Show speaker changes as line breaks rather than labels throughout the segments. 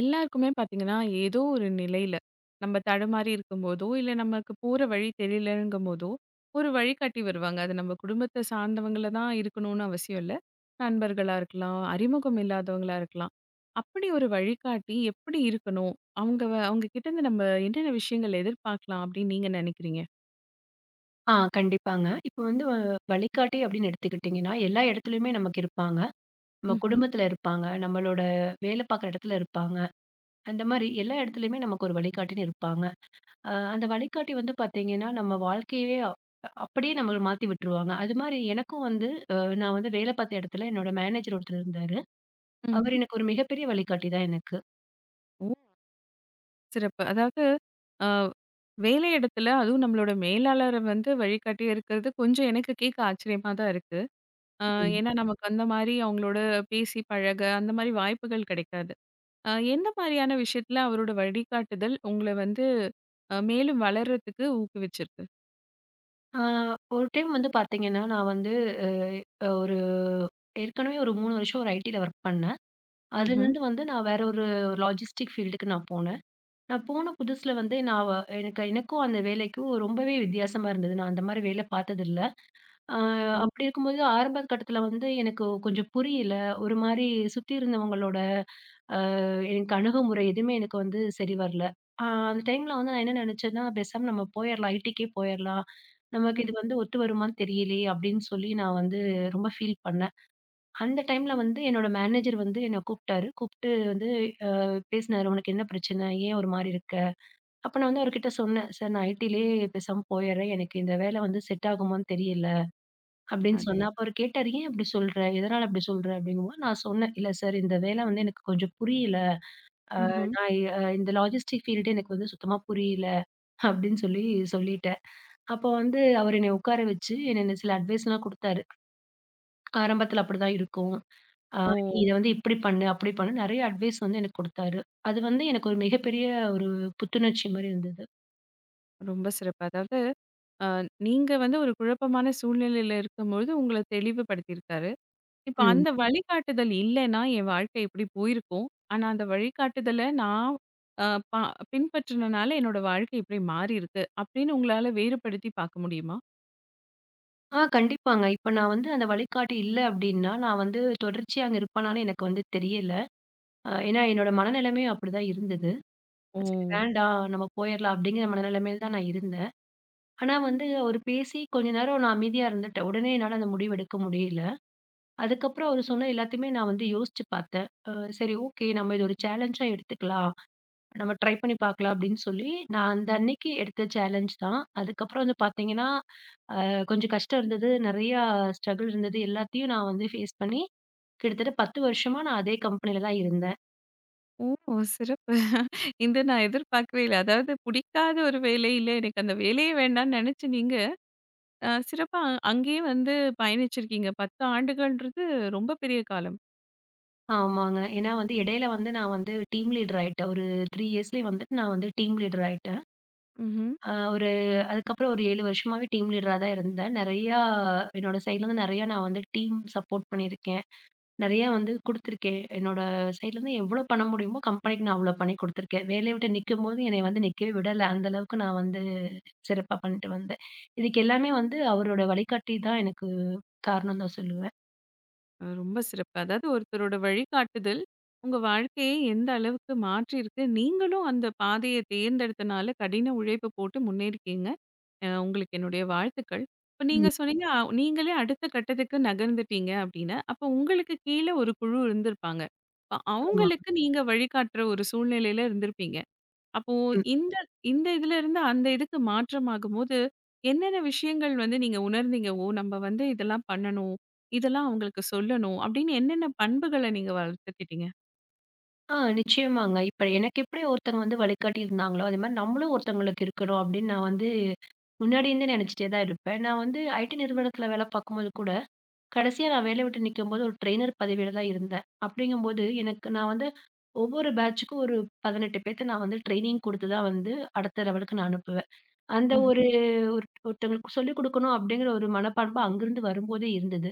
எல்லாருக்குமே பார்த்தீங்கன்னா, ஏதோ ஒரு நிலையில, நம்ம தடுமாறி இருக்கும்போதோ, இல்ல நமக்கு போற வழி தெரியலங்கும்போதோ, ஒரு வழிகாட்டி வருவாங்க. அது நம்ம குடும்பத்த சார்ந்தவங்கள தான் இருக்கணும்னு அவசியம் இல்ல. நண்பர்களா இருக்கலாம், அறிமுகம் இல்லாதவங்களா இருக்கலாம். அப்படி ஒரு வழிகாட்டி எப்படி இருக்கணும்? அவங்க அவங்க கிட்டருந்து நம்ம என்னென்ன விஷயங்கள் எதிர்பார்க்கலாம் அப்படின்னு நீங்க நினைக்கிறீங்க?
ஆ கண்டிப்பாங்க. இப்ப வந்து வழிகாட்டி அப்படின்னு எடுத்துக்கிட்டிங்கன்னா, எல்லா இடத்துலயுமே நமக்கு இருப்பாங்க. நம்ம
ம்ஹ்ம்.
குடும்பத்துல இருப்பாங்க, நம்மளோட வேலை பார்க்குற இடத்துல இருப்பாங்க. அந்த மாரி எல்லா இடத்துலயுமே நமக்கு ஒரு வழிகாட்டின்னு இருப்பாங்க. அந்த வழிகாட்டி வந்து பார்த்தீங்கன்னா, நம்ம வாழ்க்கையவே அப்படியே நம்மள மாத்தி விட்டுருவாங்க. அது மாரி எனக்கும் வந்து அ நான் வந்து வேலை பார்த்த இடத்துல என்னோட மேனேஜர் ஒருத்தர் இருந்தாரு. அவர்
ம்.
எனக்கு ஒரு மிகப்பெரிய வழிகாட்டி தான் எனக்கு.
ஓ! சிறப்பு. அதாவது அ வேலை இடத்துல அதுவும் நம்மளோட மேலாளர வந்து வழிகாட்டியா இருக்கிறது கொஞ்சம் எனக்கு கேட்க ஆச்சரியமா தான் இருக்கு. அ
ம்.
ஏன்னா நமக்கு அந்த மாரி அவங்களோட பேசி பழக, அந்த மாரி வாய்ப்புகள் கிடைக்காது. எந்த மாரியான விஷயத்துல அவரோட வழிகாட்டுதல் உங்கள வந்து மேலும் வளர்றதுக்கு ஊக்குவிச்சிருக்கு?
ஆ ஒரு டைம் வந்து பார்த்தீங்கன்னா, நான் வந்து அ ஒரு ஏற்கனவே ஒரு 3 வருஷம் ஒரு ஐடில ஒர்க் பண்றேன்.
ம்ஹ்ம்.
அதுலருந்து வந்து நான் வேற ஒரு லாஜிஸ்டிக் ஃபீல்டுக்கு நான் போனேன். நான் போன புதுசுல வந்து எனக்கு எனக்கும் அந்த வேலைக்கும் ரொம்பவே வித்தியாசமா இருந்தது. நான் அந்த மாரி வேலை பார்த்ததில்ல. அ
ம்.
அப்படி இருக்கும்போது ஆரம்ப கட்டத்துல வந்து எனக்கு கொஞ்சம் புரியல. ஒரு மாரி சுத்தி இருந்தவங்களோட அ எனக்கு அணுகுமுறை எதுவுமே எனக்கு வந்து சரி வரல. அ அந்த டைம்ல வந்து நான் என்ன நெனச்சேன்னா, பேசாம நம்ம போயிரலாம். ஐடிக்கே போயிரலாம். நமக்கு இது
ம்ஹ்ம்.
வந்து ஒத்து வருமான்னு தெரியலையே அப்படின்னு சொல்லி நான் வந்து ரொம்ப ஃபீல் பண்ணேன். அந்த டைம்ல வந்து என்னோட மேனேஜர் வந்து என்ன கூப்ட்டாரு. கூப்ட்டு வந்து பேசினாரு. "உனக்கு என்ன பிரச்சனை? ஏன் ஒரு மாரி இருக்க?" அப்ப நான் வந்து அவர்கிட்ட சொன்னேன். "சார் நான் ஐடிலயே பேசாம போயர்றேன். எனக்கு இந்த வேலை வந்து செட் ஆகுமான்னு தெரியல." அப்படின்னு ம். சொன்னேன்.
அடடா!
அப்ப அவரு கேட்டாரு, "ஏன் அப்படி சொல்ற? எதனால அப்படி சொல்ற?" அப்படிங்கும்போது நான் சொன்னேன். "இல்ல சார் இந்த வேலை வந்து எனக்கு கொஞ்சம் புரியல. ம்.
ம்ஹ்ம்.
நான் இந்த லாஜிஸ்டிக் ஃபீல்டு எனக்கு வந்து சுத்தமா புரியல." அப்படின்னு சொல்லி சொல்லிட்டேன். அப்போ வந்து அவரு என்னைய உட்கார வச்சு, என்ன சில அட்வைஸ்லாம் குடுத்தாரு. ஆரம்பத்தில அப்படிதான் இருக்கும். ஆ
ஓ!
நீ இத வந்து இப்படி பண்ணு, அப்படி பண்ணு நெறைய அட்வைஸ் வந்து எனக்கு குடுத்தாரு. அது வந்து எனக்கு ஒரு மிகப்பெரிய ஒரு புத்துணர்ச்சி மாரி இருந்தது.
ரொம்ப சிறப்பு. அதாவது அ நீங்க வந்து ஒரு குழப்பமான சூழ்நிலையில இருக்கும்பொழுது உங்கள தெளிவுபடுத்தியிருக்காரு. இப்ப
ம்.
அந்த வழிகாட்டுதல் இல்லன்னா, என் வாழ்க்கை இப்படி போயிருக்கும். ஆனா அந்த வழிகாட்டுதல நான் அ ப பின்பற்றினனால என்னோட வாழ்க்கை இப்படி மாறியிருக்கு. அப்படின்னு உங்களால வேறுபடுத்தி பார்க்க முடியுமா?
ஆ கண்டிப்பாங்க. இப்ப நான் வந்து அந்த வழிகாட்டி இல்ல அப்படின்னா, நான் வந்து தொடர்ச்சியா அங்க இருப்பனான்னு எனக்கு வந்து தெரியல. ஏன்னா என்னோட மனநிலைமையும் அப்படிதான் இருந்தது.
ஓ!
சரி வேண்டாம் நம்ம போயிரலாம் அப்படிங்கிற மனநிலைமையில தான் நான் இருந்தேன். ஆனா வந்து அவரு பேசி கொஞ்ச நேரம் நான் அமைதியா இருந்துட்டேன். உடனே என்னால அந்த முடிவு எடுக்க முடியல. அதுக்கப்புறம் அவரு சொன்ன எல்லாத்தையுமே நான் வந்து யோசிச்சு பார்த்தேன். சரி ஓகே நம்ம இது ஒரு சேலஞ்சா எடுத்துக்கலாம். நம்ம ட்ரை பண்ணி பார்க்கலாம் அப்படின்னு சொல்லி, நான் அந்த அன்னைக்கு எடுத்த சேலஞ்ச் தான். அதுக்கப்புறம் வந்து பார்த்தீங்கன்னா, கொஞ்சம் கஷ்டம் இருந்தது. நெறையா ஸ்ட்ரகுள் இருந்தது. எல்லாத்தையும் நான் வந்து ஃபேஸ் பண்ணி, கிட்டத்தட்ட 10 வருஷமா நான் அதே கம்பெனில தான் இருந்தேன்.
ஓ! சிறப்பு. இத நான் எதிர்பார்க்கவே இல்ல. அதாவது பிடிக்காத ஒரு வேலையில எனக்கு அந்த வேலையே வேண்டான்னு நெனச்சு நீங்க சிறப்பா அங்கேயே வந்து பயணிச்சிருக்கீங்க. 10 ஆண்டுகள்ன்றது ரொம்ப பெரிய காலம்.
ஆமாங்க. ஏன்னா வந்து இடையில வந்து நான் வந்து டீம் லீடர் ஆயிட்டேன். ஒரு 3 இயர்ஸ்லயே வந்துட்டு நான் வந்து டீம் லீடர் ஆயிட்டேன்.
ம்ஹ்ம்.
அ ஒரு அதுக்கப்புறம் ஒரு 7 வருஷமாவே டீம் லீடரா தான் இருந்தேன். நெறையா என்னோட சைட்லருந்து நெறையா நான் வந்து டீம் சப்போர்ட் பண்ணியிருக்கேன். நெறையா வந்து குடுத்துருக்கேன். என்னோட சைட்லருந்து எவ்ளோ பண்ண முடியுமோ கம்பெனிக்கு நான் அவ்ளோ பண்ணி குடுத்துருக்கேன். வேலைய விட்டு நிக்கும்போது என்னைய வந்து நிக்கவே விடல. அந்த அளவுக்கு நான் வந்து சிறப்பா பண்ணிட்டு வந்தேன். இதுக்கு எல்லாமே வந்து அவரோட வழிகாட்டி தான் எனக்கு காரணம் தான் சொல்லுவேன்.
ரொம்ப சிறப்பு. அதாவது ஒருத்தரோட வழிகாட்டுதல் உங்க வாழ்க்கையை எந்த அளவுக்கு மாற்றியிருக்கு. நீங்களும் அந்த பாதைய தேர்ந்தெடுத்தனால கடின உழைப்பு போட்டு முன்னேறியிருக்கீங்க. உங்களுக்கு என்னுடைய வாழ்த்துக்கள். இப்ப நீங்க சொன்னீங்க, நீங்களே அடுத்த கட்டத்துக்கு நகர்ந்துட்டீங்க அப்படின்னு. அப்ப உங்களுக்கு கீழ ஒரு குழு இருந்திருப்பாங்க. இப்ப
நிச்சயமா.
அவங்களுக்கு நீங்க வழிகாட்டுற ஒரு சூழ்நிலையில இருந்திருப்பீங்க. அப்போ
ம்.
இந்த இந்த இதுலருந்து அந்த இதுக்கு மாற்றமாகும்போது, என்னென்ன விஷயங்கள் வந்து நீங்க உணர்ந்தீங்க? ஓ! நம்ம வந்து இதெல்லாம் பண்ணணும். இதெல்லாம் அவங்களுக்கு சொல்லணும். அப்படின்னு என்னென்ன பண்புகள நீங்க வளர்த்துக்கிட்டீங்க?
ஆ நிச்சயமாங்க. இப்ப எனக்கு எப்படி ஒருத்தங்க வந்து வழிகாட்டி இருந்தாங்களோ, அதே மாரி நம்மளும் ஒருத்தங்களுக்கு இருக்கணும் அப்படின்னு நான் வந்து முன்னாடி இருந்தே நெனச்சுட்டே தான் இருப்பேன். நான் வந்து ஐடி நிறுவனத்துல வேல பார்க்கும்போது கூட, கடைசியா நான் வேலைய விட்டு நிக்கும்போது ஒரு ட்ரெய்னர் பதவியில தான் இருந்தேன். அப்படிங்கும்போது எனக்கு நான் வந்து ஒவ்வொரு பேட்ச்சுக்கும் ஒரு 18 பேத்த நான் வந்து ட்ரெய்னிங் குடுத்து தான் வந்து அடுத்த லெவலுக்கு நான் அனுப்புவேன். அந்த ஒரு
ம்ஹ்ம்.
ஒரு ஒருத்தவங்களுக்கு சொல்லிக் குடுக்கணும் அப்டிங்கிற ஒரு மனப்பான்பு அங்கிருந்து வரும்போதே இருந்தது.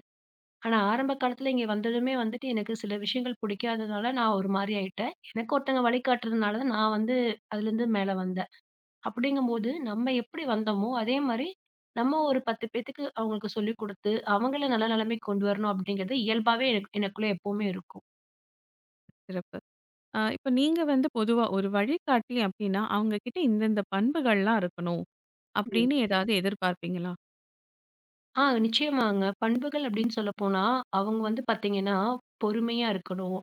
ஆனா ஆரம்ப காலத்துல இங்க வந்ததுமே வந்துட்டு எனக்கு சில விஷயங்கள் புடிக்காததுனால நான் ஒரு மாரி ஆயிட்டேன். எனக்கு ஒருத்தங்க வழிகாட்டுறதுனால தான் நான் வந்து அதுலருந்து மேல வந்தேன். அப்படிங்கும்போது நம்ம எப்படி வந்தோமோ, அதே மாரி நம்ம ஒரு 10 பேத்துக்கு அவங்களுக்கு சொல்லிக் குடுத்து, அவங்கள நல்ல நெலைமைக்கு கொண்டு வரணும் அப்படிங்கிறது இயல்பாவே எனக்குள்ள எப்பவுமே இருக்கும்.
சிறப்பு. இப்ப நீங்க வந்து பொதுவா ஒரு வழிகாட்டி அப்படின்னா, அவங்க கிட்ட இந்தந்த பண்புகள்லாம் இருக்கணும். அப்படின்னு ஏதாவது எதிர்பார்ப்பீங்களா?
ஆ நிச்சயமாங்க. பண்புகள் அப்டின்னு சொல்லப்போனா, அவங்க வந்து பார்த்தீங்கன்னா, பொறுமையா இருக்கணும்.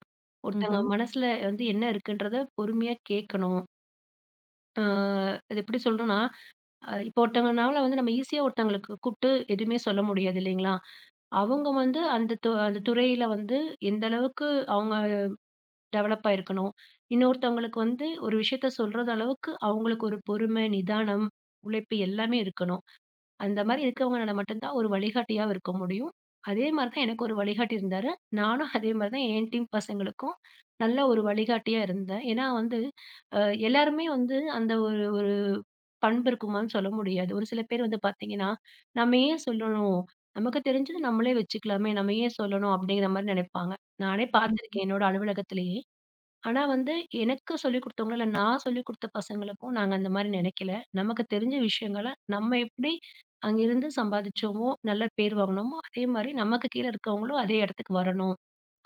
ம்ஹ்ம்.
ஒருத்தவங்க மனசுல வந்து என்ன இருக்குன்றத பொறுமையா கேட்கணும். ஆ அது எப்டி சொல்றோம்னா, இப்போ ஒருத்தவங்கனால வந்து நம்ம ஈஸியா ஒருத்தவங்களுக்கு கூப்ட்டு எதுவுமே சொல்ல முடியாது இல்லைங்களா? அவங்க வந்து அந்த துறையில வந்து எந்த அளவுக்கு அவங்க டெவலப் ஆயிருக்கணும். இன்னொருத்தவங்களுக்கு வந்து ஒரு விஷயத்த சொல்றது அளவுக்கு அவங்களுக்கு ஒரு பொறுமை, நிதானம், உழைப்பு எல்லாமே இருக்கணும். அந்த மாரி இருக்கவங்கனால மட்டும் தான் ஒரு வழிகாட்டியா இருக்க முடியும். அதே மாரி தான் எனக்கு ஒரு வழிகாட்டி இருந்தாரு. நானும் அதே மாரி தான் என் டீம் பசங்களுக்கும் நல்ல ஒரு வழிகாட்டியா இருந்தேன். ஏன்னா வந்து அ எல்லாருமே வந்து அந்த ஒரு ஒரு பண்பு இருக்குமான்னு சொல்ல முடியாது. ஒரு சில பேர் வந்து பார்த்தீங்கன்னா, "நம்ம ஏன் சொல்லணும்? நமக்கு தெரிஞ்சது நம்மளே வச்சுக்கலாமே! நம்ம ஏன் சொல்லணும்?" அப்படிங்கிற மாரி நெனைப்பாங்க. நானே பார்த்துருக்கேன் என்னோட அலுவலகத்திலேயே. ஆனா வந்து, எனக்கு சொல்லிக் குடுத்தவங்கள, இல்ல நான் சொல்லிக் குடுத்த பசங்களுக்கும் நாங்க அந்த மாரி நெனைக்கல. நமக்கு தெரிஞ்ச விஷயங்கள நம்ம எப்படி அங்கிருந்து சம்பாதிச்சோமோ, நல்ல பேர் வாங்குனோமோ, அதே மாரி நமக்கு கீழ இருக்கவங்களும் அதே இடத்துக்கு வரணும்.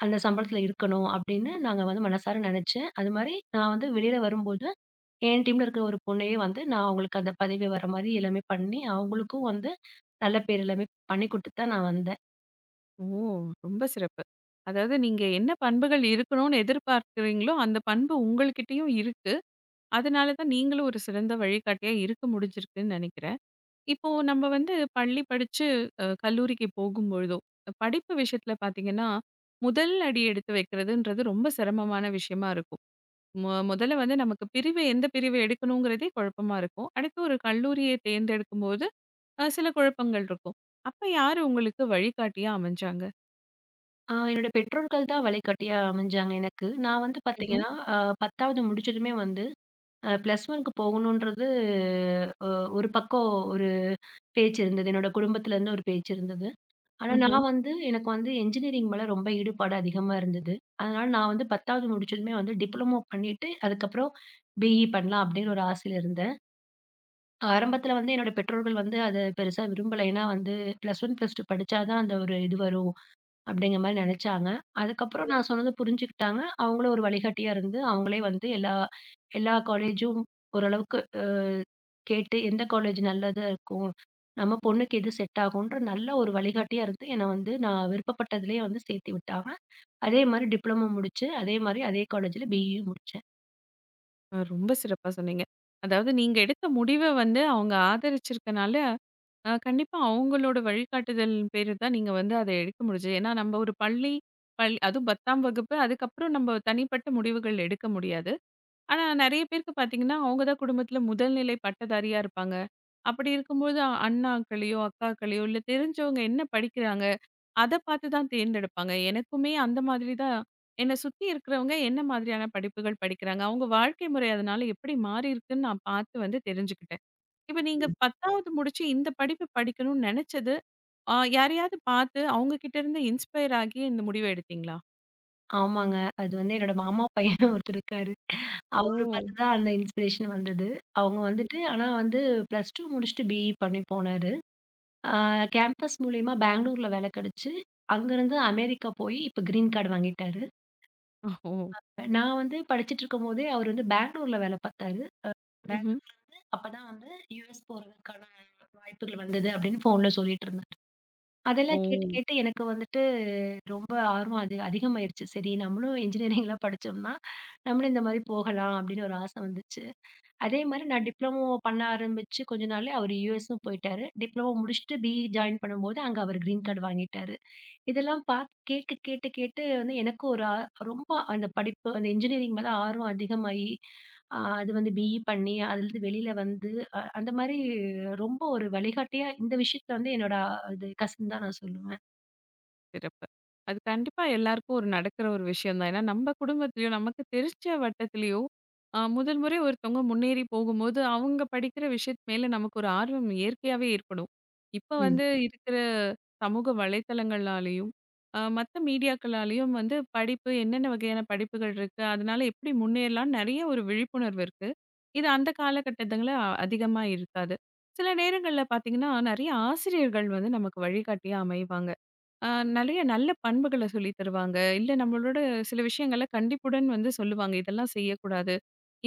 அந்த சம்பளத்துல இருக்கணும் அப்படின்னு நாங்க வந்து மனசார நெனைச்சேன். அது மாரி நான் வந்து வெளியில வரும்போது, என் டீம்ல இருக்கிற ஒரு பொண்ணையே வந்து நான் அவங்களுக்கு அந்த பதவி வர மாரி எல்லாமே பண்ணி, அவங்களுக்கும் வந்து நல்ல பேர் எல்லாமே பண்ணி குடுத்துட்டு தான் நான் வந்தேன்.
ஓ! ரொம்ப சிறப்பு. அதாவது நீங்க என்ன பண்புகள் இருக்கணும்னு எதிர்பார்க்கிறீங்களோ, அந்த பண்பு உங்கள்கிட்டயும் இருக்கு. அதனால தான் நீங்களும் ஒரு சிறந்த வழிகாட்டியா இருக்க முடிஞ்சிருக்குன்னு நெனைக்கிறேன். இப்போ நம்ம வந்து பள்ளி படிச்சு கல்லூரிக்கு போகும்பொழுதோ, படிப்பு விஷயத்துல பார்த்தீங்கன்னா, முதல் அடி எடுத்து வைக்கிறதுன்றது ரொம்ப சிரமமான விஷயமா இருக்கும். முதல்ல வந்து நமக்கு எந்த பிரிவு எடுக்கணுங்கிறதே குழப்பமா இருக்கும். அடுத்து ஒரு கல்லூரிய தேர்ந்தெடுக்கும்போது சில குழப்பங்கள் இருக்கும். அப்ப யாரு உங்களுக்கு வழிகாட்டியா அமைஞ்சாங்க?
என்னோட பெற்றோர்கள் தான் வழிகாட்டியா அமைஞ்சாங்க எனக்கு. நான் வந்து
ம்ஹ்ம்.
பாத்தீங்கன்னா, 10வது முடிச்சதுமே வந்து பிளஸ் ஒன்க்கு போகணுன்றது அ ஒரு பக்கம் ஒரு பேச்சு இருந்தது. என்னோட குடும்பத்திலருந்து ஒரு பேச்சு இருந்தது. ஆனா ம்.
ம்ஹ்ம்.
நான் வந்து எனக்கு வந்து என்ஜினியரிங் மேல ரொம்ப ஈடுபாடு அதிகமா இருந்தது. அதனால நான் வந்து 10வது முடிச்சதுமே வந்து டிப்ளமோ பண்ணிட்டு, அதுக்கப்புறம் பிஇ பண்ணலாம் அப்டிங்கிற ஒரு ஆசையில இருந்தேன். ஆரம்பத்தில வந்து என்னோட பெற்றோர்கள் வந்து அத பெருசா விரும்பல. ஏன்னா வந்து பிளஸ் ஒன், பிளஸ் டூ படிச்சா தான் அந்த ஒரு இது வரும் அப்டிங்கிற மாரி நெனச்சாங்க. அதுக்கப்புறம் நான் சொன்னத புரிஞ்சுக்கிட்டாங்க. அவங்களும் ஒரு வழிகாட்டியா இருந்து, அவங்களே வந்து எல்லா எல்லா காலேஜும் ஓரளவுக்கு கேட்டு எந்த காலேஜ் நல்லதா இருக்கும். நம்ம பொண்ணுக்கு எது செட் ஆகுன்ற நல்ல ஒரு வழிகாட்டியா இருந்து என்ன வந்து நான் விருப்பப்பட்டதிலேயே வந்து சேர்த்து விட்டாங்க. அதே மாரி டிப்ளமோ முடிச்சு, அதே மாரி அதே காலேஜ்ல பிஇயும் முடிச்சேன்.
ரொம்ப சிறப்பா சொன்னீங்க. அதாவது நீங்க எடுத்த முடிவ வந்து அவங்க ஆதரிச்சிருக்கனால, கண்டிப்பா அவங்களோட வழிகாட்டுதல் பேரு தான் நீங்க வந்து அத எடுக்க முடிஞ்சது. ஏன்னா நம்ம ஒரு பள்ளி அதுவும் 10ஆம் வகுப்பு அதுக்கப்புறம் நம்ம தனிப்பட்ட முடிவுகள் எடுக்க முடியாது. ஆனா நெறைய பேருக்கு பார்த்தீங்கன்னா, அவங்க தான் குடும்பத்தில முதல் நிலை பட்டதாரியா இருப்பாங்க. அப்படி இருக்கும்போது அண்ணாக்களையோ, அக்காக்களையோ இல்ல தெரிஞ்சவங்க என்ன படிக்கிறாங்க? அத பார்த்து தான் தேர்ந்தெடுப்பாங்க. எனக்குமே அந்த மாதிரி தான் என்ன சுத்தி இருக்கிறவங்க என்ன மாதிரியான படிப்புகள் படிக்கிறாங்க? அவங்க வாழ்க்கை முறை அதனால எப்படி மாறியிருக்குன்னு நான் பார்த்து வந்து தெரிஞ்சுக்கிட்டேன். இப்ப நீங்க 10வது முடிச்சு இந்த படிப்பு படிக்கணும்னு நெனச்சது, யாரையாவது பார்த்து அவங்க கிட்ட இருந்து இன்ஸ்பயர் ஆகி இந்த முடிவ எடுத்தீங்களா?
ஆமாங்க. அது வந்து என்னோட மாமா பையன் ஒருத்தர் இருக்காரு.
ஓ!
அவரு பார்த்து தான் அந்த இன்ஸ்பிரேஷன் வந்தது. அவங்க வந்துட்டு ஆனா வந்து பிளஸ் 2 முடிச்சுட்டு பிஇ பண்ணி போனாரு. ஆ கேம்பஸ் மூலியமா பெங்களூர்ல வேல கிடைச்சு, அங்கருந்து அமெரிக்கா போய் இப்ப கிரீன் கார்டு வாங்கிட்டாரு.
ஓ!
நான் வந்து படிச்சுட்டு இருக்கும்போதே அவரு வந்து பெங்களூர்ல வேல பார்த்தாரு.
ம்ஹ்ம்.
அப்பதான் வந்து யுஎஸ் போறதுக்கான வாய்ப்புகள் வந்தது அப்படின்னு ஃபோன்ல சொல்லிட்டு இருந்தாரு.
ஓ!
அதெல்லாம் கேட்டு, கேட்டு எனக்கு வந்துட்டு ரொம்ப ஆர்வம் அது அதிகமாயிருச்சு. சரி நம்மளும் இன்ஜினியரிங்லாம் படிச்சோம்னா, நம்மளும் இந்த மாரி போகலாம் அப்படின்னு ஒரு ஆசை வந்துச்சு. அதே மாரி நான் டிப்ளமோ பண்ண ஆரம்பிச்சு கொஞ்ச நாள்லயே அவரு யுஎஸும் போயிட்டாரு. டிப்ளமோ முடிச்சுட்டு பிஇ ஜாயின் பண்ணும்போது அங்க அவரு கிரீன் கார்ட் வாங்கிட்டாரு. இதெல்லாம் பார்த்து கேட்டு, கேட்டு, கேட்டு வந்து எனக்கும் ஒரு ஆ ரொம்ப அந்த படிப்பு அந்த இன்ஜினியரிங் மேல ஆர்வம் அதிகமாயி, அது வந்து பிஇ பண்ணி, அதுலருந்து வெளில வந்து அந்த மாரி ரொம்ப ஒரு வழிகாட்டியா இந்த விஷயத்துல வந்து என்னோட அது கசின் தான் நான் சொல்லுவேன்.
சிறப்பு. அது கண்டிப்பா எல்லாருக்கும் ஒரு நடக்கிற ஒரு விஷயம் தான். ஏன்னா நம்ம குடும்பத்திலயோ, நமக்கு தெரிஞ்ச வட்டத்திலயோ, முதல் முறை ஒருத்தவங்க முன்னேறி போகும்போது, அவங்க படிக்கிற விஷயத்து மேல நமக்கு ஒரு ஆர்வம் இயற்கையாவே ஏற்படும். இப்ப
ம்.
வந்து இருக்கிற சமூக வலைத்தளங்கள்னாலயும், மத்த மீடியாக்களாலயும் வந்து படிப்பு என்னென்ன வகையான படிப்புகள் இருக்கு, அதனால எப்படி முன்னேறலாம்னு நெறைய ஒரு விழிப்புணர்வு இருக்கு. இது அந்த காலகட்டத்துல அதிகமா இருக்காது. சில நேரங்கள்ல பார்த்தீங்கன்னா, நெறைய ஆசிரியர்கள் வந்து நமக்கு வழிகாட்டியா அமைவாங்க. ஆ. நெறைய நல்ல பண்புகள சொல்லி தருவாங்க. இல்ல நம்மளோட சில விஷயங்கள கண்டிப்புடன் வந்து சொல்லுவாங்க. இதெல்லாம் செய்யக்கூடாது.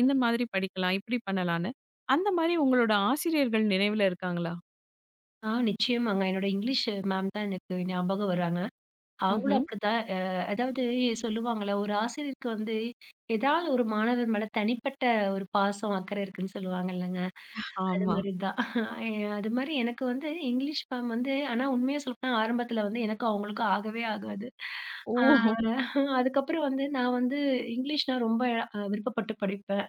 இந்த மாதிரி படிக்கலாம். இப்படி பண்ணலான்னு. அந்த மாரி உங்களோட ஆசிரியர்கள் நினைவுல இருக்காங்களா?
ஆ நிச்சயமாங்க. என்னோட இங்கிலீஷ் மேம் தான் எனக்கு ஞாபகம் வராங்க. அவங்களும்
ம்ஹ்ம்.
அப்டித்தான் அதாவது சொல்லுவாங்கல்ல, ஒரு ஆசிரியருக்கு வந்து ஏதாவது ஒரு மாணவர் மேல தனிப்பட்ட ஒரு பாசம், அக்கறை இருக்குன்னு சொல்லுவாங்க இல்லங்க. அது
ஆமா.
மாரி தான். எ அது மாரி எனக்கு வந்து இங்கிலீஷ் மேம் வந்து ஆனா உண்மைய சொல்லப்போனா ஆரம்பத்தில வந்து எனக்கும் அவங்களுக்கும் ஆகவே ஆகாது.
ஓ!
ஆ அதுக்கப்புறம் வந்து நான் வந்து இங்கிலீஷ்னா ரொம்ப விருப்பப்பட்டு படிப்பேன்.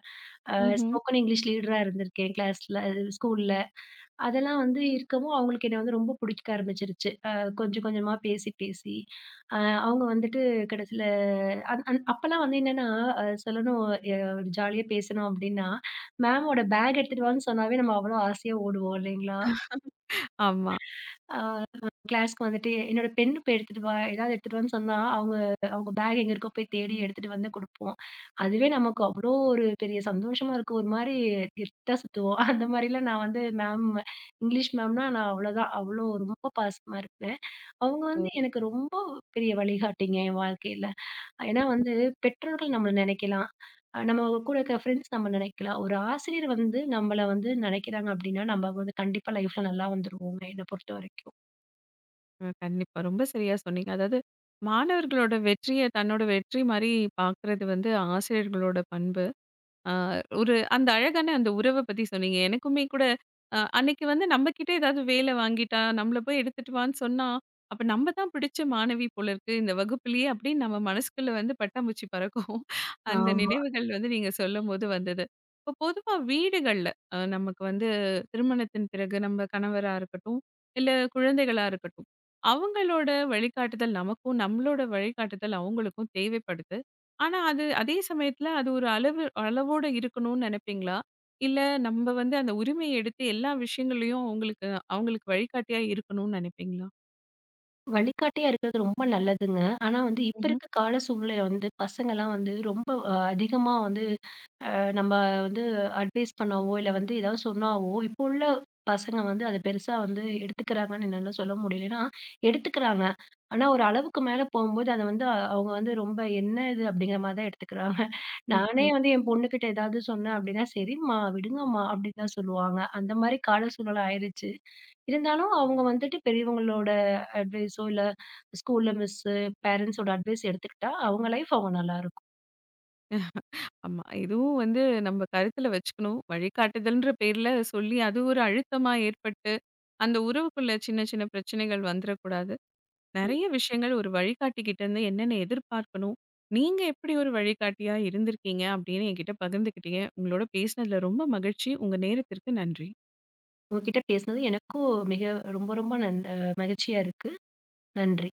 அ
ம்ஹ்ம்.
ஸ்போக்கன் இங்கிலீஷ் லீடரா இருந்திருக்கேன் கிளாஸ்ல, ஸ்கூல்ல. அதெல்லாம் வந்து இருக்கவும், அவங்களுக்கு என்ன வந்து ரொம்ப புடிக்க ஆரம்பிச்சுருச்சு. கொஞ்சம் கொஞ்சமா பேசி பேசி, அ அவங்க வந்துட்டு கடைசில அந் அந் அப்பலாம் வந்து என்னன்னா, சொல்லணும் எ ஜாலியா பேசணும் அப்டின்னா, மேமோட பேக் எடுத்துட்டு வான்னு சொன்னாவே நம்ம அவ்வளோ ஆசையா ஓடுவோம் இல்லைங்களா?
ஆமா.
அ கிளாஸ்க்கு வந்துட்டு என்னோட பென் போய் எடுத்துட்டு வா! ஏதாவது எடுத்துட்டு வான்னு சொன்னா, அவங்க அவங்க பேக் எங்க இருக்கோ போய் தேடி எடுத்துட்டு வந்து குடுப்போம். அதுவே நமக்கு அவ்ளோ ஒரு பெரிய சந்தோஷமா இருக்கும். ஒரு மாரி கெத்தா சுத்துவோம். அந்த மாரிலாம் நான் வந்து இங்கிலீஷ் மேம்னா நான் அவ்வளோதான். அவ்வளோ ரொம்ப பாசமா இருப்பேன். அவங்க
ஓ!
வந்து எனக்கு ரொம்ப பெரிய வழிகாட்டிங்க என் வாழ்க்கையில. ஏன்னா வந்து பெற்றோர்கள் நம்மள நெனைக்கலாம். நம்ம கூட இருக்க ஃப்ரெண்ட்ஸ் நம்ம நெனைக்கலாம். ஒரு ஆசிரியர் வந்து நம்மள வந்து நெனைக்கிறாங்க அப்டின்னா, நம்ம வந்து கண்டிப்பா லைஃப்ல நல்லா வந்துருவோங்க என்ன பொறுத்தவரைக்கும்.
கண்டிப்பா. ரொம்ப சரியா சொன்னீங்க. அதாவது மாணவர்களோட வெற்றிய தன்னோட வெற்றி மாரி பார்க்கறது வந்து ஆசிரியர்களோட பண்பு. ஆ. ஒரு அந்த அழகான அந்த உறவ பத்தி சொன்னீங்க. எனக்குமே கூட அன்னைக்கு வந்து நம்மகிட்ட ஏதாவது வேலை வாங்கிட்டா, நம்மள போய் எடுத்துட்டு வான்னு சொன்னா, அப்ப நம்ம தான் பிடிச்ச மாணவி போல இருக்கு இந்த வகுப்பிலேயே அப்படின்னு நம்ம மனசுக்குள்ள வந்து பட்டாம்பூச்சி பறக்கும். அந்த
ஆமா.
நினைவுகள் வந்து நீங்க சொல்லும்போது வந்தது. இப்போ பொதுவா வீடுகள்ல நமக்கு வந்து திருமணத்தின் பிறகு நம்ம கணவரா இருக்கட்டும், இல்ல குழந்தைகளா இருக்கட்டும், அவங்களோட வழிகாட்டுதல் நமக்கும், நம்மளோட வழிகாட்டுதல் அவங்களுக்கும் தேவைப்படுது. ஆனா, அது அதே சமயத்துல அது ஒரு அளவு அளவோட இருக்கணும்னு நெனைப்பீங்களா? இல்ல நம்ம வந்து அந்த உரிமைய எடுத்து எல்லா விஷயங்கள்லயும் அவங்களுக்கு அவங்களுக்கு வழிகாட்டியா இருக்கணும்னு நெனைப்பீங்களா?
வழிகாட்டியா இருக்கிறது ரொம்ப நல்லதுங்க. ஆனா வந்து இப்ப
ம்ஹ்ம்.
இருக்க கால சூழ்நிலையில வந்து பசங்கலாம் வந்து ரொம்ப அதிகமா வந்து நம்ம வந்து அட்வைஸ் பண்ணவோ, இல்ல வந்து ஏதாவது சொன்னாவோ, இப்போ உள்ள பசங்க வந்து அத பெருசா வந்து எடுத்துக்கிறாங்கன்னு என்னால சொல்ல முடியல. ஏன்னா, எடுத்துக்கிறாங்க. ஆனா ஒரு அளவுக்கு மேல போம்போது அத வந்து அவங்க வந்து ரொம்ப என்ன இது அப்படிங்கிற மாரி தான் எடுத்துக்கிறாங்க. நானே
ம்ஹ்ம்.
வந்து என் பொண்ணுகிட்ட ஏதாவது சொன்னேன் அப்படின்னா, "சரிம்மா, விடுங்கம்மா" அப்படின்னு தான் சொல்லுவாங்க. அந்த மாரி கால சூழல் ஆயிருச்சு. இருந்தாலும் அவங்க வந்துட்டு பெரியவங்களோட அட்வைஸோ, இல்ல ஸ்கூல்ல மிஸ்ஸு, பேரண்ட்ஸோட அட்வைஸ் எடுத்துக்கிட்டா அவங்க லைஃப் அவங்க நல்லாருக்கும்.
ஆமா. இதுவும் வந்து நம்ம கருத்துல வச்சுக்கணும். வழிகாட்டுதல்ன்ற பேர்ல சொல்லி அது ஒரு அழுத்தமா ஏற்பட்டு, அந்த உறவுக்குள்ள சின்ன சின்ன பிரச்சனைகள் வந்துரக்கூடாது. நெறைய விஷயங்கள் ஒரு வழிகாட்டிகிட்ட இருந்து என்னென்ன எதிர்பார்க்கணும்? நீங்க எப்படி ஒரு வழிகாட்டியா இருந்திருக்கீங்க? அப்படின்னு என்கிட்ட பகிர்ந்துக்கிட்டீங்க. உங்களோட பேசினதுல ரொம்ப மகிழ்ச்சி. உங்க நேரத்திற்கு நன்றி.
உங்ககிட்ட பேசினது எனக்கும் மிக ரொம்ப ரொம்ப நன் மகிழ்ச்சியா இருக்கு. நன்றி.